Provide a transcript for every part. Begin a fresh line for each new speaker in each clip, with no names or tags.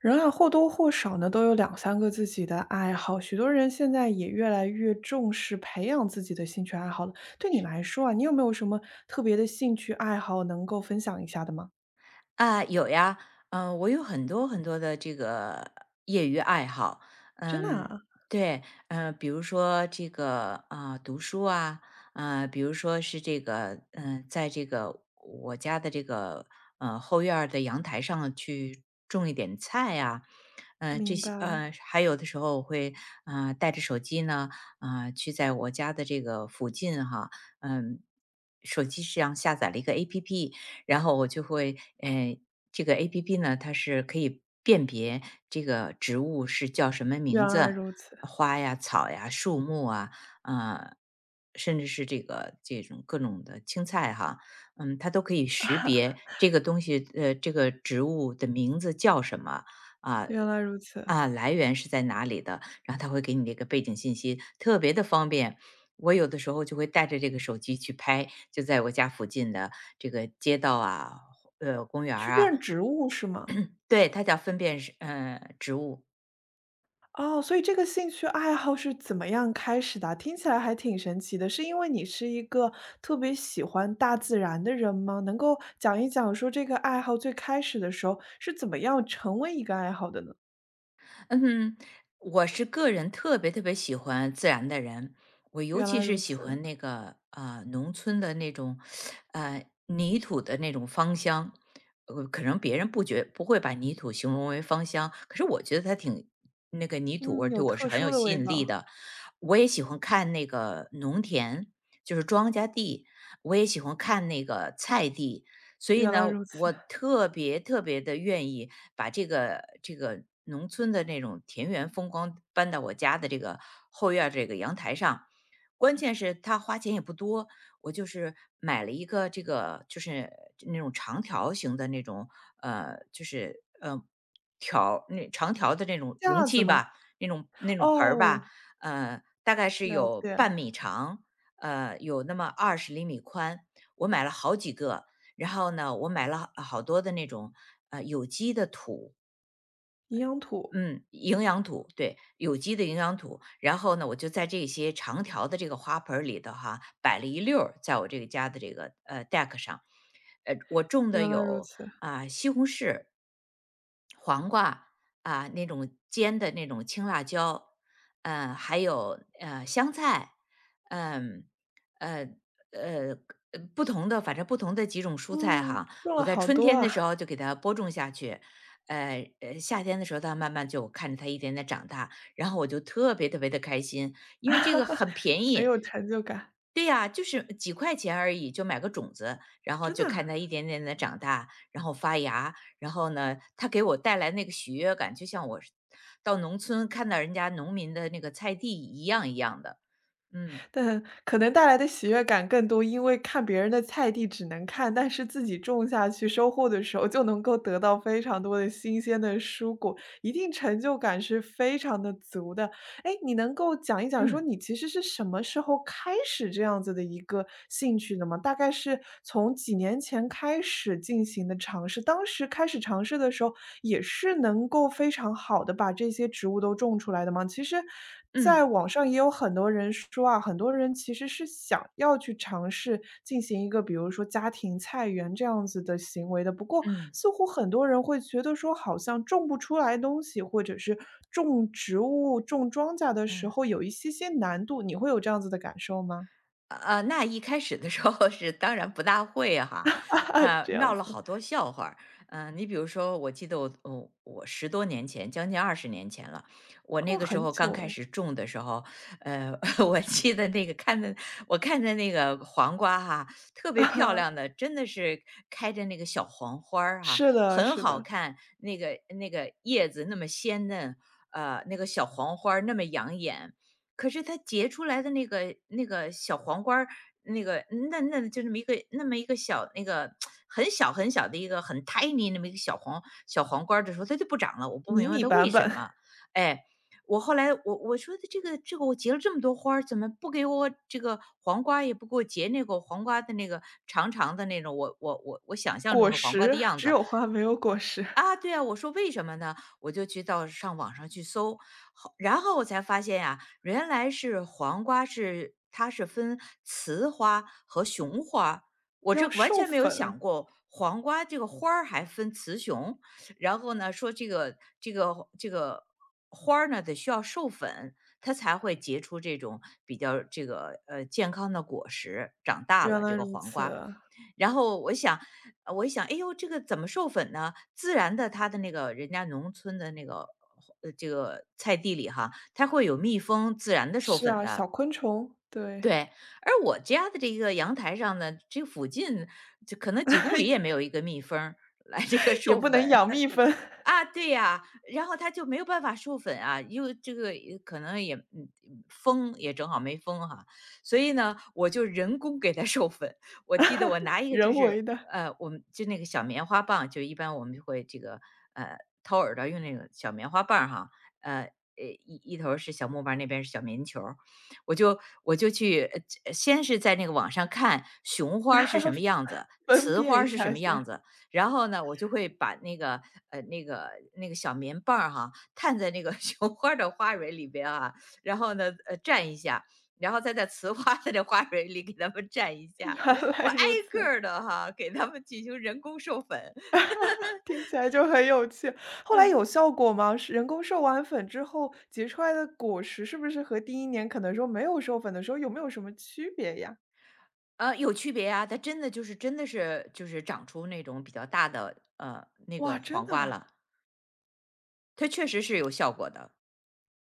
人啊，或多或少呢，都有两三个自己的爱好。许多人现在也越来越重视培养自己的兴趣爱好了。对你来说啊，你有没有什么特别的兴趣爱好能够分享一下的吗？
有呀。我有很多很多的这个业余爱好。
真的
嗯，
啊，
对，嗯。比如说这个啊、读书啊，比如说是这个，在这个我家的这个后院儿的阳台上去种一点菜呀、这
明
些，
白，
还有的时候我会带着手机呢，啊、去在我家的这个附近哈。嗯、手机上下载了一个 APP，然后我就会，这个 APP 呢，它是可以辨别这个植物是叫什么
原
名
来
字，
如此，
花呀、草呀、树木啊，啊、甚至是这个这种各种的青菜哈，嗯，它都可以识别这个东西，这个植物的名字叫什么啊。
原来如此，
啊，来源是在哪里的？然后它会给你这个背景信息，特别的方便。我有的时候就会带着这个手机去拍，就在我家附近的这个街道啊，公园
去
儿啊。
认植物是吗？
对，它叫分辨是植物。
哦，所以这个兴趣爱好是怎么样开始的啊听起来还挺神奇的，是因为你是一个特别喜欢大自然的人吗？能够讲一讲说这个爱好最开始的时候是怎么样成为一个爱好的呢？
嗯，我是个人特别特别喜欢自然的人，我尤
原来
其是
如
喜
此，
欢那个农村的那种泥土的那种芳香。可能别人不会把泥土形容为芳香，可是我觉得它挺那个泥土味
嗯，
儿对
有
我是
特
很
殊
有
的
吸
味
引力
道，
的。我也喜欢看那个农田，就是庄稼地，我也喜欢看那个菜地，所以
原
呢，
来如此，
我特别特别的愿意把这个农村的那种田园风光搬到我家的这个后院儿这个阳台上。关键是他花钱也不多，我就是买了一个这个就是那种长条形的那种，就是长条的那种容
架子
器
吗？
吧，那种盆儿吧。
哦，
大概是
了
有
解，
半米长，有那么20厘米宽，我买了好几个。然后呢，我买了好多的那种，有机的土。
营养土，
嗯，营养土，对，有机的营养土。然后呢，我就在这些长条的这个花盆儿里头哈，摆了一溜儿，在我这个家的这个deck 上。我种的
原来如
有
此，
啊、西红柿、黄瓜啊、那种尖的那种青辣椒，还有香菜，嗯呃呃不同的，反正不同的几种蔬菜
嗯，
哈。
种了
我在
好
春
多
天的
啊，
时候就给它播种下去，夏天的时候，它慢慢就看着它一点点长大，然后我就特别特别的开心，因为这个很便
很
宜。
有成就感，
对呀、就是几块钱而已，就买个种子，然后
真
就
的啊，
看它一点点的长大，然后发芽。然后呢，它给我带来那个喜悦感，就像我是到农村看到人家农民的那个菜地一样一样的。嗯
但可能带来的喜悦感更多，因为看别人的菜地只能看，但是自己种下去收获的时候，就能够得到非常多的新鲜的蔬果，一定成就感是非常的足的。诶，你能够讲一讲说
嗯
你其实是什么时候开始这样子的一个兴趣的吗？大概是从几年前开始进行的尝试，当时开始尝试的时候，也是能够非常好的把这些植物都种出来的吗？其实在
嗯
网上也有很多人说啊，很多人其实是想要去尝试进行一个比如说家庭菜园这样子的行为的，不过
嗯
似乎很多人会觉得说好像种不出来东西，或者是种植物、种庄稼的时
嗯。
候有一些些难度，你会有这样子的感受吗？
那一开始的时候是当然不大会哈。
啊，这样
闹
子，
了好多笑话，你比如说，我记得我十多年前，将近20年前了，我那
哦，
个时
很
候刚
久
开
哎。
始种的时候。呃，我记得那个看的，我看的那个黄瓜哈，特别漂亮 的，真的是开着那个小黄花儿哈，
是的
很
是
好
的，
看，那个叶子那么鲜嫩。那个小黄花儿那么养眼，可是它结出来的那个小黄瓜儿那个嫩嫩就那么一个那么一个小那个很小很小的一个很 tiny 那么一个小黄瓜儿的时候，它就不长了，我不
迷
明白
你
它
版
为什
本，
么。哎，我后来我说的这个我结了这么多花儿怎么不给我这个黄瓜也不给我结那个黄瓜的那个长长的那种我想象中
果
的黄瓜的
实，
样
只
子。
有花没有果实，
啊，对啊，我说为什么呢？我就去到上网上去搜，然后我才发现呀、原来是黄瓜是它是分雌花和雄花，我这
要
完
授
全没有
粉，
想过黄瓜这个花儿还分雌雄。然后呢，说这个花儿呢得需要授粉，它才会结出这种比较这个健康的果实，长大
原
了
来
这个
如
黄
此。
瓜。然后我想，我一想，哎呦，这个怎么授粉呢？自然的，它的那个人家农村的那个这个菜地里哈，它会有蜜蜂自然的授
是
粉
啊，小
的。
昆虫，对，
对，而我家的这个阳台上呢，这附近就可能几公里也没有 一个蜜蜂儿来这个
也
授
不
粉。
能养蜜蜂，
啊，对呀，然后它就没有办法授粉啊，因为这个也可能也封也正好没封哈，所以呢，我就人工给它授粉。我记得我拿一个就
人
是
为的
我们就那个小棉花棒，就一般我们就会这个呃掏耳朵用那个小棉花棒儿哈。呃一头儿是小木棒儿那边是小棉球儿，我就去先是在那个网上看雄花儿是什么样子，
分
雌花
辨
儿
一
是什
下
么样
先，
子。然后呢，我就会把那个那个小棉棒儿哈，探在那个 雄花儿的花蕊里边啊，然后呢蘸一下，然后再在雌花的这花蕊里给它们蘸一 下，
原来
我挨
如此。
个的哈给它们进行人工授粉。
听起来就很有趣。后来
嗯。
有效果吗？是人工授完粉之后结出来的果实，是不是和第一年可能说没有授粉的时候有没有什么区别呀？
有区别啊，它真的是就是长出那种比较大的那
哇，
个
真
黄
的
瓜了，
啊，
它确实是有效果的。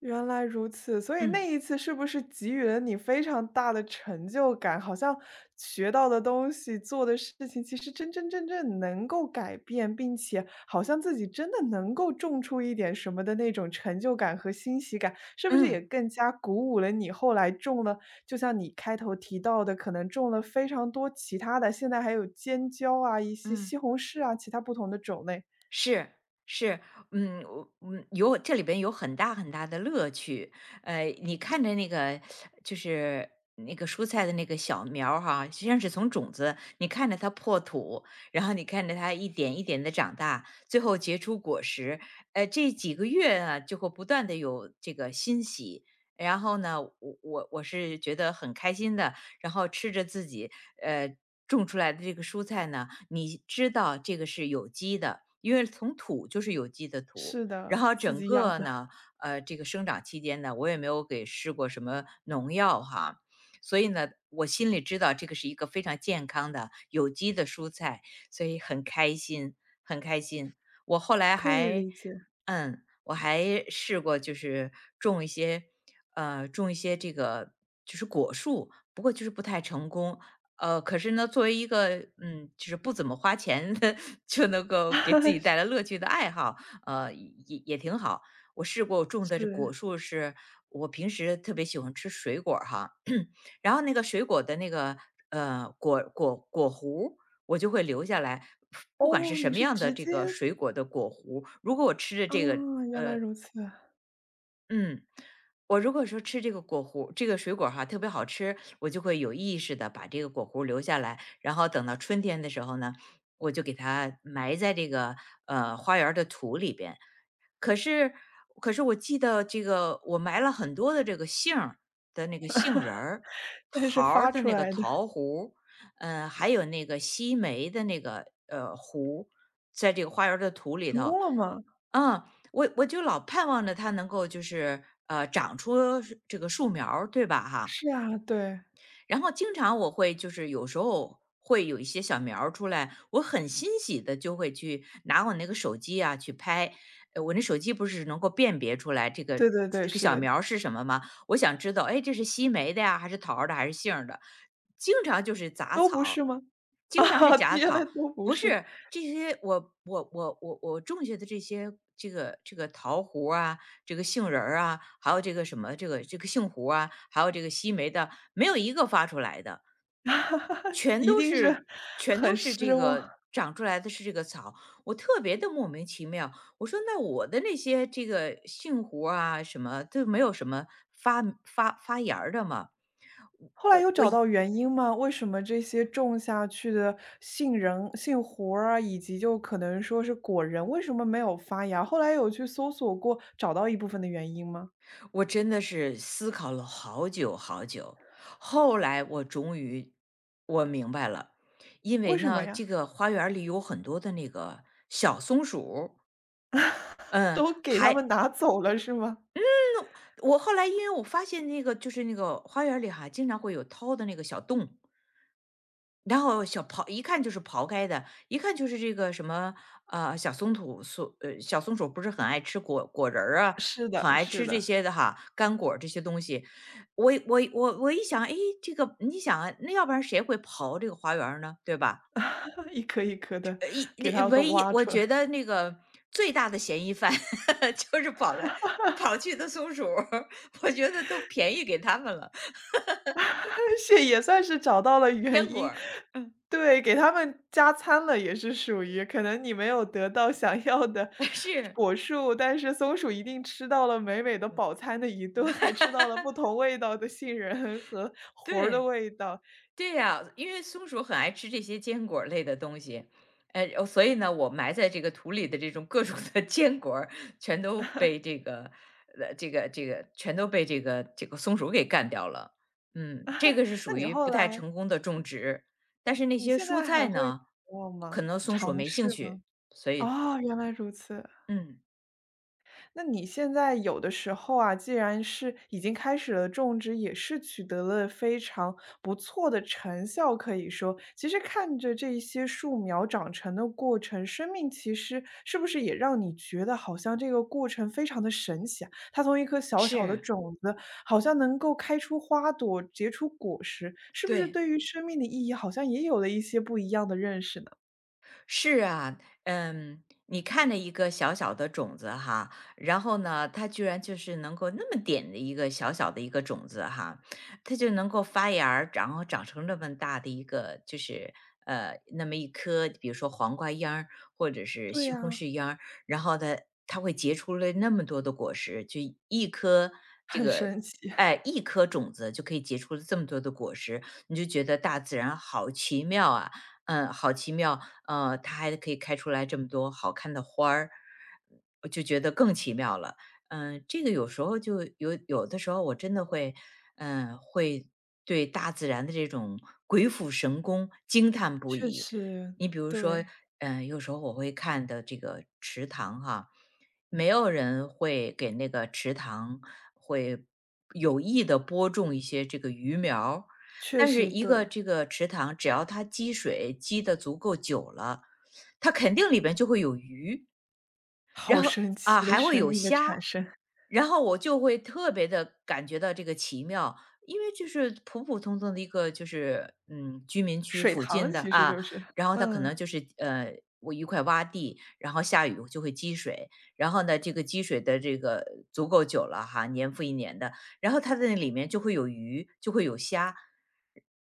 原来如此，所以那
嗯
一次是不是给予了你非常大的成就感？好像学到的东西、做的事情，其实真真正正能够改变，并且好像自己真的能够种出一点什么的那种成就感和欣喜感，是不是也
嗯
更加鼓舞了你后来种了，就像你开头提到的，可能种了非常多其他的，现在还有尖椒啊、一些
嗯。
西红柿啊，其他不同的种类。
是是。我这里边有很大很大的乐趣。你看着那个就是那个蔬菜的那个小苗儿哈，实际上是从种子，你看着它破土，然后你看着它一点一点的长大，最后结出果实。这几个月啊，就会不断的有这个欣喜。然后呢，我是觉得很开心的，然后吃着自己呃种出来的这个蔬菜呢，你知道这个是有机的，因为从土就是有机的土。
是
然
的，
后
自
整
己养
个
的，
呢，这个生长期间呢，我也没有给施过什么农药哈，所以呢，我心里知道这个是一个非常健康的有机的蔬菜，所以很开心，很开心。我后来
可以
还，
理解，
我还试过就是种一些，种一些这个就是果树，不过就是不太成功。可是呢，作为一个，就是不怎么花钱的，就能够给自己带 来乐趣的爱好，也挺好。我试过我种的这
是。
果树是，我平时特别喜欢吃水果儿哈，然后那个水果的那个果核我就会留下来，不管是
哦，
什
你
么
是
样的
直
这
接
个水果的果核如果我吃着
啊，
这个，
原来
呃，
如此，
嗯，我如果说吃这个果核这个水果儿哈特别好吃，我就会有意识的把这个果核留下来，然后等到春天的时候呢，我就给它埋在这个花园儿的土里边。可是，可是我记得这个我埋了很多的这个杏儿的那个杏仁儿、
但是
桃儿
发
的
出
那个
来的，
桃核，还有那个西梅的那个核，在这个花园儿的土里
成
头。
功了吗？
嗯，我就老盼望着它能够就是，长出是这个树苗儿对吧哈？
是啊，对，
然后经常我会就是有时候会有一些小苗儿出来，我很欣喜的就会去拿我那个手机啊去拍，我那手机不是能够辨别出来这个
对对对，
这个
是
小
的，
苗儿是什么吗？我想知道，哎，这是西梅的呀，还是桃儿的，还是杏儿的？经常就是杂
都不是
草，
吗？啊，
经常是假
原来
草，
都不
不
是，
是这些我种下的这些这个这个桃核儿啊，这个杏仁儿啊，还有这个什么这个这个杏核啊，还有这个西梅的，没有一个发出来的，全
一
都
定是
是全
很
都是这
失望。
个长出来的是这个草，我特别的莫名其妙。我说那我的那些这个杏核啊什么都没有什么发芽儿的嘛，
后来有找到原因吗？为什么这些种下去的杏仁、杏核儿啊，以及就可能说是果仁，为什么没有发芽？后来有去搜索过，找到一部分的原因吗？
我真的是思考了好久好久，后来我终于我明白了，因为
为什么
呢，这
呀？
个花园里有很多的那个小松鼠，嗯，
都给他们
还
拿走了是吗？
那我后来因为我发现那个就是那个花园里哈，经常会有掏的那个小洞，然后小刨一看就是刨开的，一看就是这个什么，小松鼠不是很爱吃果仁儿啊，
是的，
很爱
是
吃这
的。
些的哈，干果儿这些东西。我一想，哎，这个你想啊，那要不然谁会刨这个花园儿呢？对吧？
一颗一颗的给
一
它都
唯一
挖
我
出来，
觉得那个最大的嫌疑犯 就是跑来跑去的松鼠儿 我觉得都便宜给他们了，
是也算是找到了原
坚果
因。
儿，嗯，
对，给它们加餐了，也是属于可能你没有得到想要的
是，
果树，但是松鼠一定吃到了美美的饱餐的一顿，还吃到了不同味道的杏仁和核儿的
对。
味道。
对呀，因为松鼠很爱吃这些坚果儿类的东西，哦所以呢，我埋在这个土里的这种各种的 坚果儿全都被这个，这个这个全都被这个松鼠给干掉了。嗯，这个是
那
属
你
于
后
不太
来
成功的种植，但是那
你
些
现
蔬
在还
菜
会
呢，
做
可
吗？
能松鼠
尝
没兴
试
趣，
吗？
所以，
哦，原
嗯，
来如此。
嗯，
那你现在有的时候啊，既然是已经开始了种植，也是取得了非常不错的成效，可以说，其实看着这一些树苗长成的过程，生命其实是不是也让你觉得好像这个过程非常的神奇啊？它从一颗小小的
是，
种子，好像能够开出花朵，结出果实，是不是
对。
对于生命的意义，好像也有了一些不一样的认识呢？
是啊，嗯，你看着一个小小的种子哈，然后呢，它居然就是能够那么点的一个小小的一个种子哈，它就能够发芽儿然后长成这么大的一个，就是那么一颗，比如说黄瓜秧儿或者是
对
西红
呀、
柿秧儿，然后它会结出了那么多的果实，就一颗这
很
个。
神奇，
哎，一颗种子就可以结出这么多的果实，你就觉得大自然好奇妙啊！嗯，好奇妙。它还可以开出来这么多好看的花儿，我就觉得更奇妙了。嗯，这个有时候就有的时候我真的会，嗯，会对大自然的这种鬼斧神工惊叹不
确
已。
实，
你比如说，
对，
嗯，有时候我会看的这个池塘哈，没有人会给那个池塘会有意的播种一些这个鱼苗儿，
确
但是
实
一
对。
个这个池塘，只要它积水积得足够久了，它肯定里边就会有鱼，
好
然后
神
啊
奇的
还会
生
有
命的
虾，
产生，
然后我就会特别的感觉到这个奇妙，因为就是普普通通的一个就是嗯居民区
水
附
塘
近的
其实
啊，
就是。
然后它可
嗯，
能就是我一块洼地，然后下雨就会积水，然后呢这个积水的这个足够久了哈，年复一年的，然后它在那里面就会有鱼，就会有虾。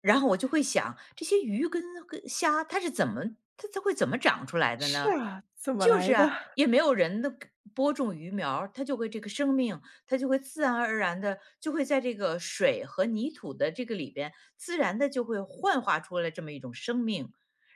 然后我就会想，这些鱼跟虾，它是怎么它会怎么长出来的
是
呢？
啊，怎么
就
来
是
的？
啊，也没有人的播种鱼苗儿它就会这个生命，它就会自然而然的就会在这个水和泥土的这个里边，自然的就会幻化出来这么一种生命，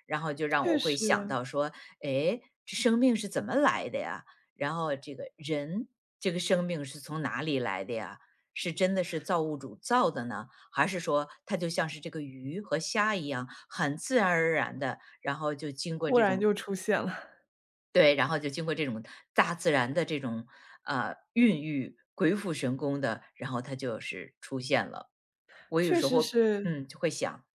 然后就让
确
我会想
实，
到说，哎，这生命是怎么来的呀？然后这个人这个生命是从哪里来的呀？是真的是造物主造的呢，还是说它就像是这个鱼和虾一样，很自然而然的，然后就经过
忽
这
然
种，
就出现了，
对，然后就经过这种大自然的这种，孕育，鬼斧神工的，然后它就是出现了。我有
确
时
实
候
是。
嗯，就会想，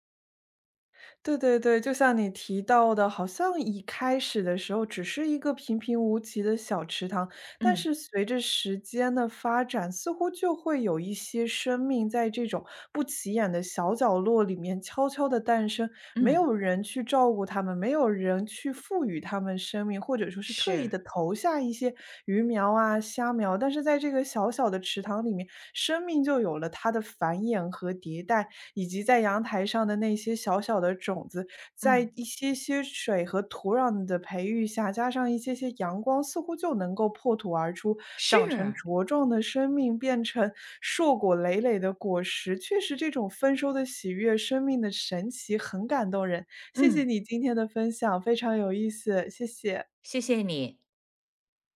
对对对，就像你提到的，好像一开始的时候只是一个平平无奇的小池塘，但
嗯，
是随着时间的发展，似乎就会有一些生命在这种不起眼的小角落里面悄悄地诞生，没
嗯，
有人去照顾它们，没有人去赋予它们生命，或者说是特意
是，
的投下一些鱼苗啊、虾苗，但是在这个小小的池塘里面，生命就有了它的繁衍和迭代，以及在阳台上的那些小小的种子，在
嗯，
一些些水和土壤的培育下，加上一些些阳光，似乎就能够破土而出，长成
是，
茁壮的生命，变成硕果累累的果实。确实，这种丰收的喜悦，生命的神奇，很感动人。谢谢
嗯，
你今天的分享，非常有意思，谢谢。
谢谢你。